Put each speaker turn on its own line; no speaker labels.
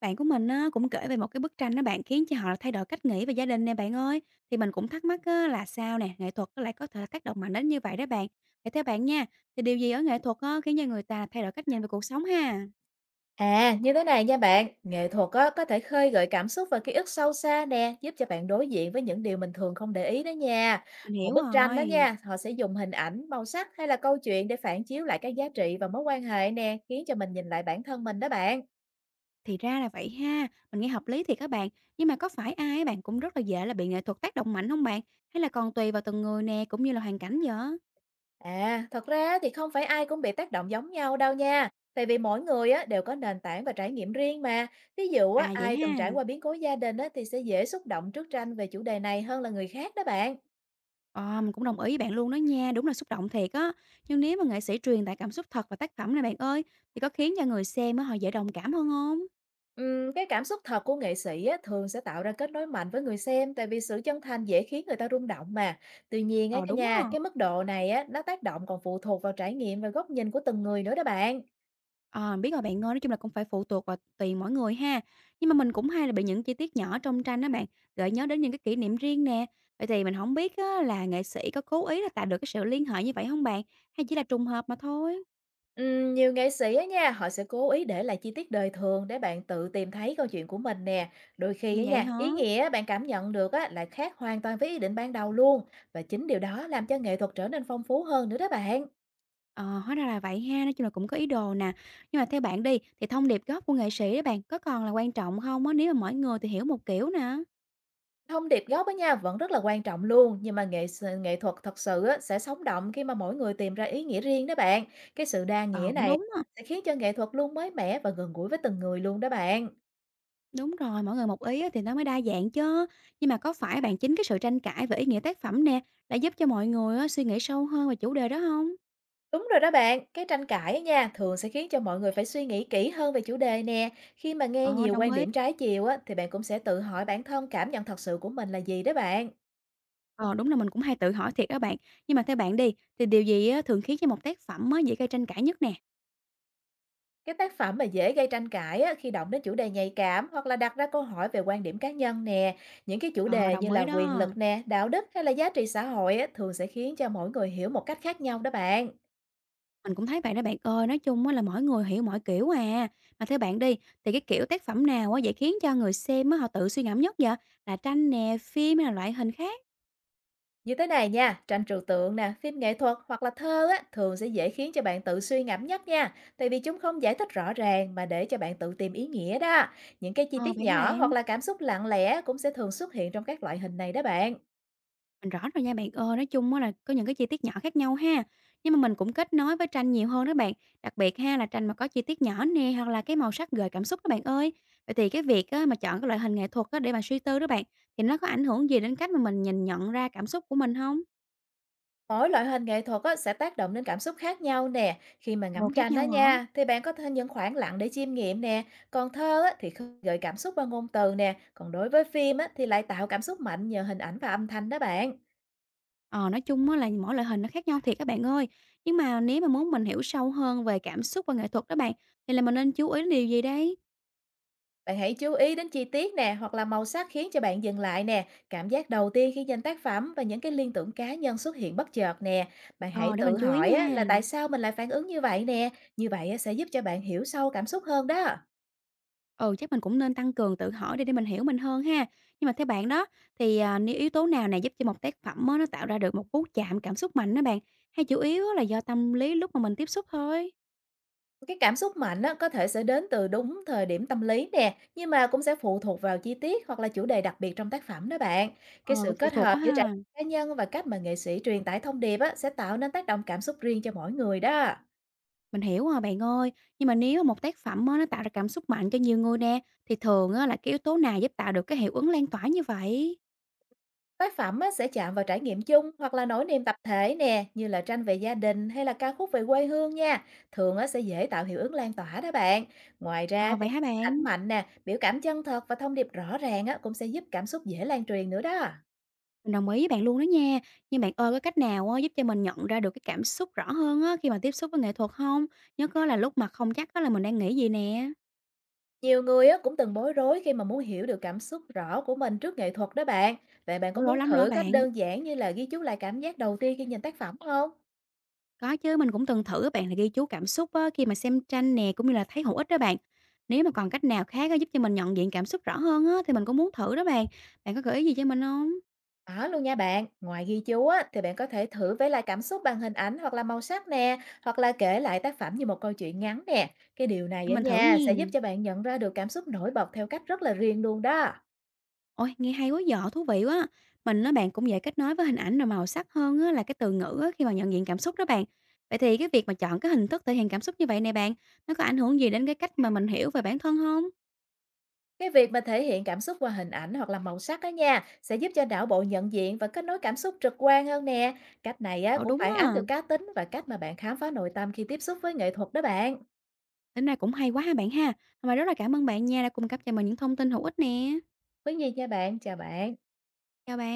Bạn của mình á, cũng kể về một cái bức tranh đó bạn khiến cho họ thay đổi cách nghĩ về gia đình nè bạn ơi. Thì mình cũng thắc mắc á, là sao nè, nghệ thuật lại có thể tác động mạnh đến như vậy đó bạn. Vậy theo bạn nha, thì điều gì ở nghệ thuật á, khiến cho người ta thay đổi cách nhìn về cuộc sống ha?
À, như thế này nha bạn, nghệ thuật á, có thể khơi gợi cảm xúc và ký ức sâu xa nè, giúp cho bạn đối diện với những điều mình thường không để ý đó nha.
Mình
Một
hiểu
bức tranh đó
rồi.
nha, họ sẽ dùng hình ảnh, màu sắc hay là câu chuyện để phản chiếu lại các giá trị và mối quan hệ nè, khiến cho mình nhìn lại bản thân mình đó bạn.
Thì ra là vậy ha, mình nghe hợp lý thì các bạn. Nhưng mà có phải ai á bạn cũng rất là dễ là bị nghệ thuật tác động mạnh không bạn? Hay là còn tùy vào từng người nè, cũng như là hoàn cảnh vậy?
À, thật ra thì không phải ai cũng bị tác động giống nhau đâu nha. Tại vì mỗi người á, đều có nền tảng và trải nghiệm riêng mà. Ví dụ á,
À vậy
ai từng
ha.
trải qua biến cố gia đình á, thì sẽ dễ xúc động trước tranh về chủ đề này hơn là người khác đó bạn.
Ờ, mình cũng đồng ý với bạn luôn đó nha, đúng là xúc động thiệt á. Nhưng nếu mà nghệ sĩ truyền tải cảm xúc thật vào tác phẩm này bạn ơi, thì có khiến cho người xem á, họ dễ đồng cảm hơn không?
Cái cảm xúc thật của nghệ sĩ á, thường sẽ tạo ra kết nối mạnh với người xem, tại vì sự chân thành dễ khiến người ta rung động mà. Tuy nhiên á,
Ờ, đúng á.
cái mức độ này á, nó tác động còn phụ thuộc vào trải nghiệm và góc nhìn của từng người nữa đó bạn.
Ờ, biết rồi bạn ơi, nói chung là cũng phải phụ thuộc vào tùy mỗi người ha. Nhưng mà mình cũng hay là bị những chi tiết nhỏ trong tranh đó bạn, gợi nhớ đến những cái kỷ niệm riêng nè. Vậy thì mình không biết á, là nghệ sĩ có cố ý là tạo được cái sự liên hệ như vậy không bạn? Hay chỉ là trùng hợp mà thôi?
Nhiều nghệ sĩ á nha, họ sẽ cố ý để lại chi tiết đời thường để bạn tự tìm thấy câu chuyện của mình nè. Đôi khi á
Vậy
nha, ý
hả?
nghĩa bạn cảm nhận được á lại khác hoàn toàn với ý định ban đầu luôn, và chính điều đó làm cho nghệ thuật trở nên phong phú hơn nữa đó bạn.
Ờ, hóa ra là vậy ha, nói chung là cũng có ý đồ nè. Nhưng mà theo bạn đi, thì thông điệp gốc của nghệ sĩ đó bạn, có còn là quan trọng không á, nếu mà mỗi người thì hiểu một kiểu nè?
Thông điệp gốc á nha, vẫn rất là quan trọng luôn, nhưng mà nghệ thuật thật sự á, sẽ sống động khi mà mỗi người tìm ra ý nghĩa riêng đó bạn. Cái sự đa nghĩa
Ờ, cũng
này
đúng ha.
sẽ khiến cho nghệ thuật luôn mới mẻ và gần gũi với từng người luôn đó bạn.
Đúng rồi, mỗi người một ý á thì nó mới đa dạng chứ. Nhưng mà có phải bạn chính cái sự tranh cãi về ý nghĩa tác phẩm nè, đã giúp cho mọi người á suy nghĩ sâu hơn về chủ đề đó không?
Đúng rồi đó bạn, cái tranh cãi á nha, thường sẽ khiến cho mọi người phải suy nghĩ kỹ hơn về chủ đề nè. Khi mà nghe
Ờ,
nhiều
đồng
quan
ý.
điểm trái chiều á, thì bạn cũng sẽ tự hỏi bản thân cảm nhận thật sự của mình là gì đó bạn.
Ờ, đúng là mình cũng hay tự hỏi thiệt đó bạn. Nhưng mà theo bạn đi, thì điều gì á thường khiến cho một tác phẩm á dễ gây tranh cãi nhất nè?
Cái tác phẩm mà dễ gây tranh cãi á, khi động đến chủ đề nhạy cảm hoặc là đặt ra câu hỏi về quan điểm cá nhân nè, những cái chủ
Ờ,
đề như
đồng
là
ý
quyền
đó.
lực nè, đạo đức hay là giá trị xã hội á, thường sẽ khiến cho mỗi người hiểu một cách khác nhau đó bạn.
Mình cũng thấy vậy đó bạn ơi, nói chung á là mỗi người hiểu mỗi kiểu à. Mà theo bạn đi, thì cái kiểu tác phẩm nào á vậy khiến cho người xem á họ tự suy ngẫm nhất vậy? Là tranh nè, phim hay là loại hình khác?
Như thế này nha, tranh trừu tượng nè, phim nghệ thuật hoặc là thơ á, thường sẽ dễ khiến cho bạn tự suy ngẫm nhất nha, tại vì chúng không giải thích rõ ràng mà để cho bạn tự tìm ý nghĩa đó. Những cái chi
Ờ,
tiết
vậy hả
nhỏ hoặc
bạn?
là cảm xúc lặng lẽ cũng sẽ thường xuất hiện trong các loại hình này đó bạn.
Mình rõ rồi nha bạn ơi, nói chung á là có những cái chi tiết nhỏ khác nhau ha. Nhưng mà mình cũng kết nối với tranh nhiều hơn đó bạn. Đặc biệt ha là tranh mà có chi tiết nhỏ nè hoặc là cái màu sắc gợi cảm xúc đó bạn ơi. Vậy thì cái việc á, mà chọn cái loại hình nghệ thuật á, để mà suy tư đó bạn thì nó có ảnh hưởng gì đến cách mà mình nhìn nhận ra cảm xúc của mình không?
Mỗi loại hình nghệ thuật á, sẽ tác động đến cảm xúc khác nhau nè. Khi mà
Ồ
ngắm
khác
tranh đó
nhau hả?
nha, thì bạn có thêm những khoảng lặng để chiêm nghiệm nè. Còn thơ á, thì khơi gợi cảm xúc qua ngôn từ nè. Còn đối với phim á, thì lại tạo cảm xúc mạnh nhờ hình ảnh và âm thanh đó bạn.
Ờ, nói chung á là mỗi loại hình nó khác nhau thiệt các bạn ơi. Nhưng mà nếu mà muốn mình hiểu sâu hơn về cảm xúc và nghệ thuật đó bạn, thì là mình nên chú ý đến điều gì đấy?
Bạn hãy chú ý đến chi tiết nè, hoặc là màu sắc khiến cho bạn dừng lại nè. Cảm giác đầu tiên khi nhìn tác phẩm và những cái liên tưởng cá nhân xuất hiện bất chợt nè. Bạn hãy
Ờ, để
tự
mình chú ý
hỏi á,
nha.
là tại sao mình lại phản ứng như vậy nè. Như vậy á, sẽ giúp cho bạn hiểu sâu cảm xúc hơn đó.
Ừ, chắc mình cũng nên tăng cường tự hỏi để mình hiểu mình hơn ha. Nhưng mà theo bạn đó, thì à, nếu yếu tố nào này giúp cho một tác phẩm á, nó tạo ra được một cú chạm cảm xúc mạnh đó bạn, hay chủ yếu á là do tâm lý lúc mà mình tiếp xúc thôi?
Cái cảm xúc mạnh á, có thể sẽ đến từ đúng thời điểm tâm lý nè, nhưng mà cũng sẽ phụ thuộc vào chi tiết hoặc là chủ đề đặc biệt trong tác phẩm đó bạn. Cái
Ờ,
sự
cũng phụ
kết
thuộc
hợp
quá
giữa trải
ha.
nghiệm cá nhân và cách mà nghệ sĩ truyền tải thông điệp á, sẽ tạo nên tác động cảm xúc riêng cho mỗi người đó.
Mình hiểu rồi bạn ơi. Nhưng mà nếu mà một tác phẩm á, nó tạo ra cảm xúc mạnh cho nhiều người nè, thì thường á là cái yếu tố nào giúp tạo được cái hiệu ứng lan tỏa như vậy?
Tác phẩm á, sẽ chạm vào trải nghiệm chung hoặc là nỗi niềm tập thể nè, như là tranh về gia đình hay là ca khúc về quê hương nha. Thường á, sẽ dễ tạo hiệu ứng lan tỏa đó bạn. Ngoài ra
Ờ,
thì
vậy hả
ảnh
bạn?
mạnh nè, biểu cảm chân thật và thông điệp rõ ràng á, cũng sẽ giúp cảm xúc dễ lan truyền nữa đó.
Mình đồng ý với bạn luôn đó nha. Nhưng bạn ơi, có cách nào á, giúp cho mình nhận ra được cái cảm xúc rõ hơn á, khi mà tiếp xúc với nghệ thuật không? Nhất á là lúc mà không chắc á là mình đang nghĩ gì nè.
Nhiều người á cũng từng bối rối khi mà muốn hiểu được cảm xúc rõ của mình trước nghệ thuật đó bạn. Vậy bạn có
Ủa, rõ
muốn
lắm luôn á
thử cách
bạn.
đơn giản như là ghi chú lại cảm giác đầu tiên khi nhìn tác phẩm không?
Có chứ, mình cũng từng thử á bạn là ghi chú cảm xúc á, khi mà xem tranh nè, cũng như là thấy hữu ích đó bạn. Nếu mà còn cách nào khác á, giúp cho mình nhận diện cảm xúc rõ hơn á, thì mình cũng muốn thử đó bạn. Bạn có gợi ý gì cho mình không?
Có luôn nha bạn. Ngoài ghi chú á, thì bạn có thể thử vẽ lại cảm xúc bằng hình ảnh hoặc là màu sắc nè, hoặc là kể lại tác phẩm như một câu chuyện ngắn nè. Cái điều này
Để
á
mình thử
nha, sẽ giúp
nha.
cho bạn nhận ra được cảm xúc nổi bật theo cách rất là riêng luôn đó.
Ôi, nghe hay quá giời, thú vị quá! Mình á bạn cũng dễ kết nối với hình ảnh rồi màu sắc hơn á là cái từ ngữ á khi mà nhận diện cảm xúc đó bạn. Vậy thì cái việc mà chọn cái hình thức thể hiện cảm xúc như vậy nè bạn, nó có ảnh hưởng gì đến cái cách mà mình hiểu về bản thân không?
Cái việc mà thể hiện cảm xúc qua hình ảnh hoặc là màu sắc á nha, sẽ giúp cho não bộ nhận diện và kết nối cảm xúc trực quan hơn nè. Cách này á
Ờ,
cũng
đúng
phản ánh
á,
được cá tính và cách mà bạn khám phá nội tâm khi tiếp xúc với nghệ thuật đó bạn.
tính ra cũng hay quá ha bạn ha. Mà rất là cảm ơn bạn nha đã cung cấp cho mình những thông tin hữu ích nè.
Quý gì nha bạn, chào bạn.
Chào bạn.